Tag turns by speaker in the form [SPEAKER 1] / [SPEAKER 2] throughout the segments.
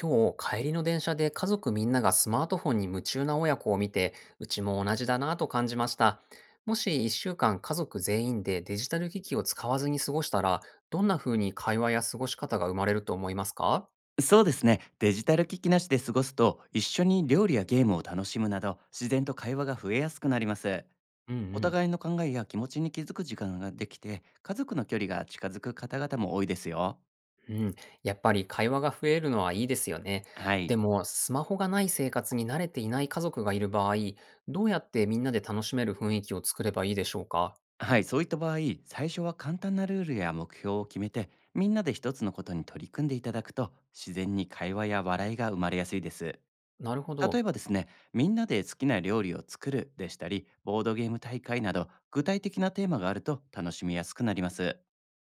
[SPEAKER 1] 今日帰りの電車で家族みんながスマートフォンに夢中な親子を見て、うちも同じだなぁと感じました。もし1週間家族全員でデジタル機器を使わずに過ごしたら、どんな風に会話や過ごし方が生まれると思いますか？
[SPEAKER 2] そうですね。デジタル機器なしで過ごすと、一緒に料理やゲームを楽しむなど、自然と会話が増えやすくなります。
[SPEAKER 1] うんう
[SPEAKER 2] お
[SPEAKER 1] ん。
[SPEAKER 2] 互いの考えや気持ちに気づく時間ができて、家族の距離が近づく方々も多いですよ。
[SPEAKER 1] うん。やっぱり会話が増えるのはいいですよね。
[SPEAKER 2] はい。
[SPEAKER 1] でも、スマホがない生活に慣れていない家族がいる場合、どうやってみんなで楽しめる雰囲気を作ればいいでしょうか？
[SPEAKER 2] はい、そういった場合、最初は簡単なルールや目標を決めて、みんなで一つのことに取り組んでいただくと、自然に会話や笑いが生まれやすいです。
[SPEAKER 1] なるほ
[SPEAKER 2] 例え
[SPEAKER 1] ど。
[SPEAKER 2] ばですね、みんなで好きな料理を作るでしたり、ボードゲーム大会など、具体的なテーマがあると楽しみやすくなります。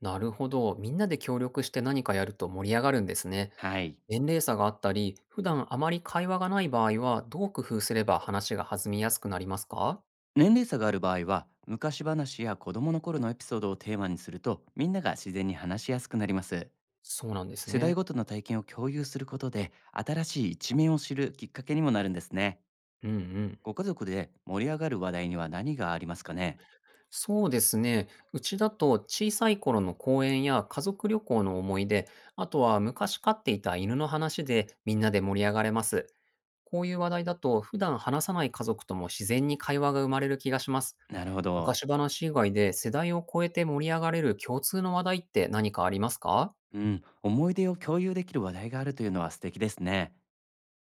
[SPEAKER 1] なるほど。みんなで協力して何かやると盛り上がるんですね。
[SPEAKER 2] はい。
[SPEAKER 1] 年齢差があったり、普段あまり会話がない場合は、どう工夫すれば話が弾みやすくなりますか？
[SPEAKER 2] 年齢差がある場合は、昔話や子供の頃のエピソードをテーマにすると、みんなが自然に話しやすくなります。
[SPEAKER 1] そうなんです
[SPEAKER 2] 世代
[SPEAKER 1] ね。
[SPEAKER 2] ごとの体験を共有することで、新しい一面を知るきっかけにもなるんですね。
[SPEAKER 1] うんうん。
[SPEAKER 2] ご家族で盛り上がる話題には何がありますかね？
[SPEAKER 1] そうですね。うちだと小さい頃の公園や家族旅行の思い出、あとは昔飼っていた犬の話でみんなで盛り上がれます。こういう話題だと普段話さない家族とも自然に会話が生まれる気がします。
[SPEAKER 2] なるほ
[SPEAKER 1] 昔
[SPEAKER 2] ど。
[SPEAKER 1] 話以外で世代を超えて盛り上がれる共通の話題って何かありますか？
[SPEAKER 2] うん、思い出を共有できる話題があるというのは素敵ですね。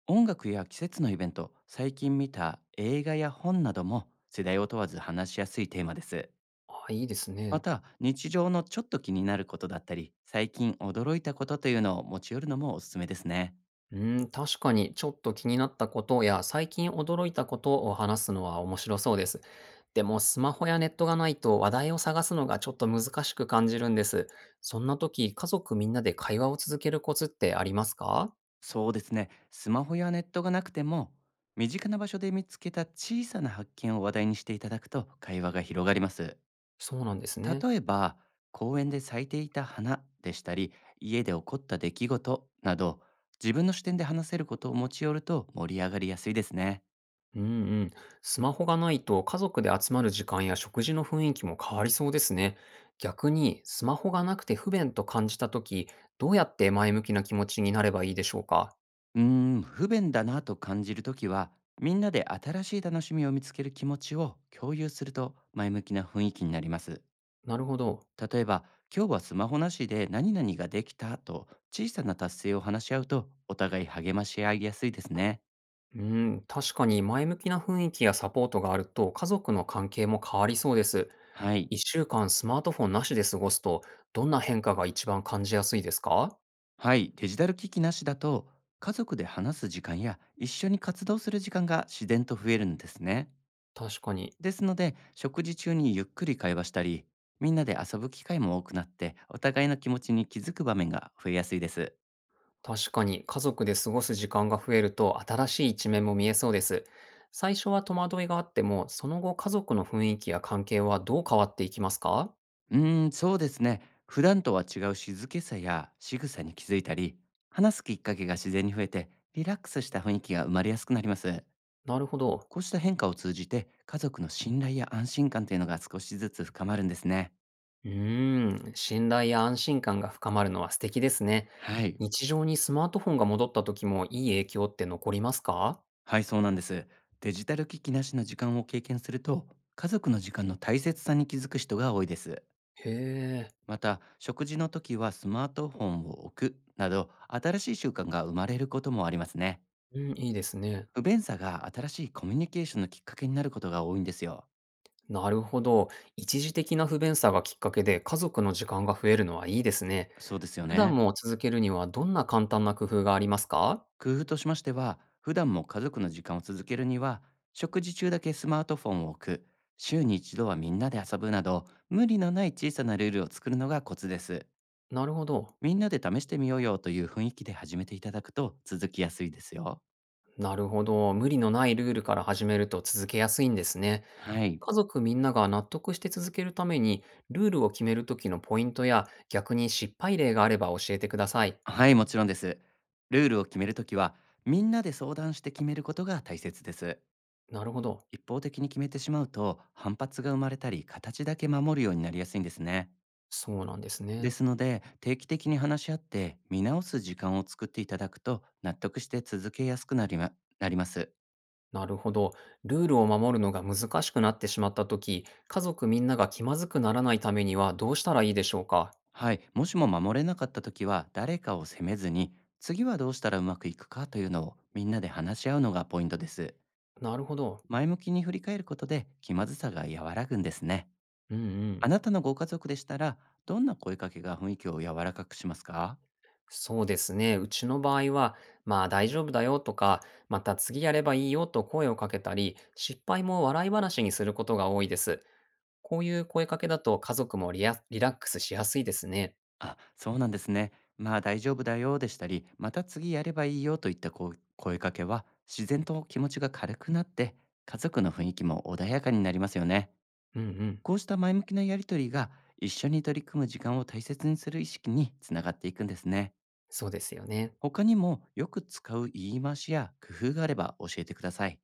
[SPEAKER 2] 音楽や季節のイベント、最近見た映画や本なども世代を問わず話しやすいテーマです。
[SPEAKER 1] あ、いいです
[SPEAKER 2] ま
[SPEAKER 1] ね。
[SPEAKER 2] た、日常のちょっと気になることだったり、最近驚いたことというのを持ち寄るのもおすすめですね。
[SPEAKER 1] うーん、確かにちょっと気になったことや最近驚いたことを話すのは面白そうです。でもスマホやネットがないと話題を探すのがちょっと難しく感じるんです。そんな時、家族みんなで会話を続けるコツってありますか？
[SPEAKER 2] そうですね、スマホやネットがなくても、身近な場所で見つけた小さな発見を話題にしていただくと会話が広がります。
[SPEAKER 1] そうなんですね。
[SPEAKER 2] 例えば、公園で咲いていた花でしたり、家で起こった出来事など、自分の視点で話せることを持ち寄ると盛り上がりやすいですね。
[SPEAKER 1] うんうん。スマホがないと家族で集まる時間や食事の雰囲気も変わりそうですね。逆にスマホがなくて不便と感じた時、どうやって前向きな気持ちになればいいでしょうか？
[SPEAKER 2] うー不便だなと感じるときは、みんなで新しい楽しみを見つける気持ちを共有すると前向きな雰囲気になります。
[SPEAKER 1] なるほど。
[SPEAKER 2] 例えば、今日はスマホなしで何々ができたと小さな達成を話し合うと、お互い励まし合いやすいですね。
[SPEAKER 1] うーん、確かに前向きな雰囲気やサポートがあると家族の関係も変わりそうです。
[SPEAKER 2] はい。
[SPEAKER 1] 1週間スマートフォンなしで過ごすと、どんな変化が一番感じやすいですか？
[SPEAKER 2] はい、デジタル機器なしだと、家族で話す時間や一緒に活動する時間が自然と増えるんですね。
[SPEAKER 1] 確かに。
[SPEAKER 2] ですので、食事中にゆっくり会話したり、みんなで遊ぶ機会も多くなって、お互いの気持ちに気づく場面が増えやすいです。
[SPEAKER 1] 確かに家族で過ごす時間が増えると新しい一面も見えそうです。最初は戸惑いがあっても、その後家族の雰囲気や関係はどう変わっていきますか？
[SPEAKER 2] そうですね。普段とは違う静けさや仕草に気づいたり、話すきっかけが自然に増えて、リラックスした雰囲気が生まれやすくなります。
[SPEAKER 1] なるほど。
[SPEAKER 2] こうした変化を通じて、家族の信頼や安心感というのが少しずつ深まるんですね。
[SPEAKER 1] うーん、信頼や安心感が深まるのは素敵ですね。
[SPEAKER 2] はい、
[SPEAKER 1] 日常にスマートフォンが戻った時もいい影響って残りますか？
[SPEAKER 2] はい、そうなんです。デジタル機器なしの時間を経験すると、家族の時間の大切さに気づく人が多いです。
[SPEAKER 1] へえ、
[SPEAKER 2] また、食事の時はスマートフォンを置くなど、新しい習慣が生まれることもありますね。
[SPEAKER 1] うん、いいですね。
[SPEAKER 2] 不便さが新しいコミュニケーションのきっかけになることが多いんですよ。
[SPEAKER 1] なるほど。一時的な不便さがきっかけで家族の時間が増えるのはいいですね。
[SPEAKER 2] そうですよ
[SPEAKER 1] 普段
[SPEAKER 2] ね。
[SPEAKER 1] も続けるにはどんな簡単な工夫がありますか？
[SPEAKER 2] 工夫としましては、普段も家族の時間を続けるには、食事中だけスマートフォンを置く、週に一度はみんなで遊ぶなど、無理のない小さなルールを作るのがコツです。
[SPEAKER 1] なるほど。
[SPEAKER 2] みんなで試してみようよという雰囲気で始めていただくと続きやすいですよ。
[SPEAKER 1] なるほど。無理のないルールから始めると続けやすいんですね。
[SPEAKER 2] はい。
[SPEAKER 1] 家族みんなが納得して続けるために、ルールを決める時のポイントや、逆に失敗例があれば教えてください。
[SPEAKER 2] はい、もちろんです。ルールを決めるときは、みんなで相談して決めることが大切です。
[SPEAKER 1] なるほど。
[SPEAKER 2] 一方的に決めてしまうと、反発が生まれたり、形だけ守るようになりやすいんですね。
[SPEAKER 1] そうなんです
[SPEAKER 2] で
[SPEAKER 1] ね。
[SPEAKER 2] すので、定期的に話し合って、見直す時間を作っていただくと、納得して続けやすくなります。
[SPEAKER 1] なるほど。ルールを守るのが難しくなってしまった時、家族みんなが気まずくならないためにはどうしたらいいでしょうか？
[SPEAKER 2] はい、もしも守れなかった時は、誰かを責めずに、次はどうしたらうまくいくかというのをみんなで話し合うのがポイントです。
[SPEAKER 1] なるほど。
[SPEAKER 2] 前向きに振り返ることで気まずさが和らぐんですね。
[SPEAKER 1] うんう
[SPEAKER 2] あ
[SPEAKER 1] ん。
[SPEAKER 2] なたのご家族でしたら、どんな声かけが雰囲気を柔らかくしますか？
[SPEAKER 1] そうですね。うちの場合は、まあ大丈夫だよとか、また次やればいいよと声をかけたり、失敗も笑い話にすることが多いです。こういう声かけだと家族もリラックスしやすいですね。
[SPEAKER 2] あ、そうなんですね。まあ大丈夫だよでしたり、また次やればいいよといった、こう声かけは自然と気持ちが軽くなって、家族の雰囲気も穏やかになりますよね。
[SPEAKER 1] うんうん。
[SPEAKER 2] こうした前向きなやりとりが、一緒に取り組む時間を大切にする意識につながっていくんですね。
[SPEAKER 1] そうですよね。
[SPEAKER 2] 他にもよく使う言い回しや工夫があれば教えてください。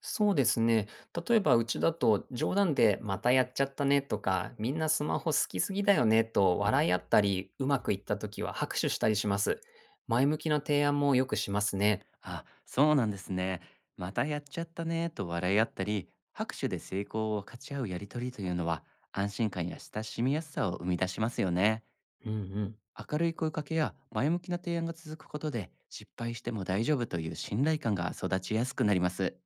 [SPEAKER 1] そうですね。例えばうちだと冗談でまたやっちゃったねとか、みんなスマホ好きすぎだよねと笑い合ったり、うまくいった時は拍手したりします。前向きな提案もよくしますね。
[SPEAKER 2] あ、そうなんですね。またやっちゃったねと笑い合ったり、拍手で成功を分かち合うやりとりというのは、安心感や親しみやすさを生み出しますよね。
[SPEAKER 1] うんうん。
[SPEAKER 2] 明るい声かけや前向きな提案が続くことで、失敗しても大丈夫という信頼感が育ちやすくなります。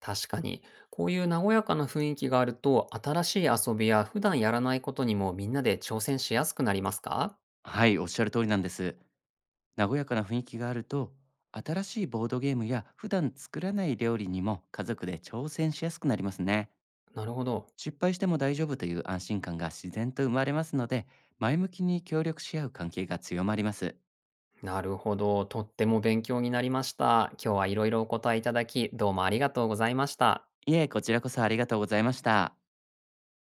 [SPEAKER 1] 確かに。こういう和やかな雰囲気があると、新しい遊びや普段やらないことにもみんなで挑戦しやすくなりますか？
[SPEAKER 2] はい、おっしゃる通りなんです。和やかな雰囲気があると、新しいボードゲームや普段作らない料理にも家族で挑戦しやすくなりますね。
[SPEAKER 1] なるほど。
[SPEAKER 2] 失敗しても大丈夫という安心感が自然と生まれますので、前向きに協力し合う関係が強まります。
[SPEAKER 1] なるほど。とっても勉強になりました。今日はいろいろお答えいただき、どうもありがとうございました。
[SPEAKER 2] いえ、こちらこそありがとうございました。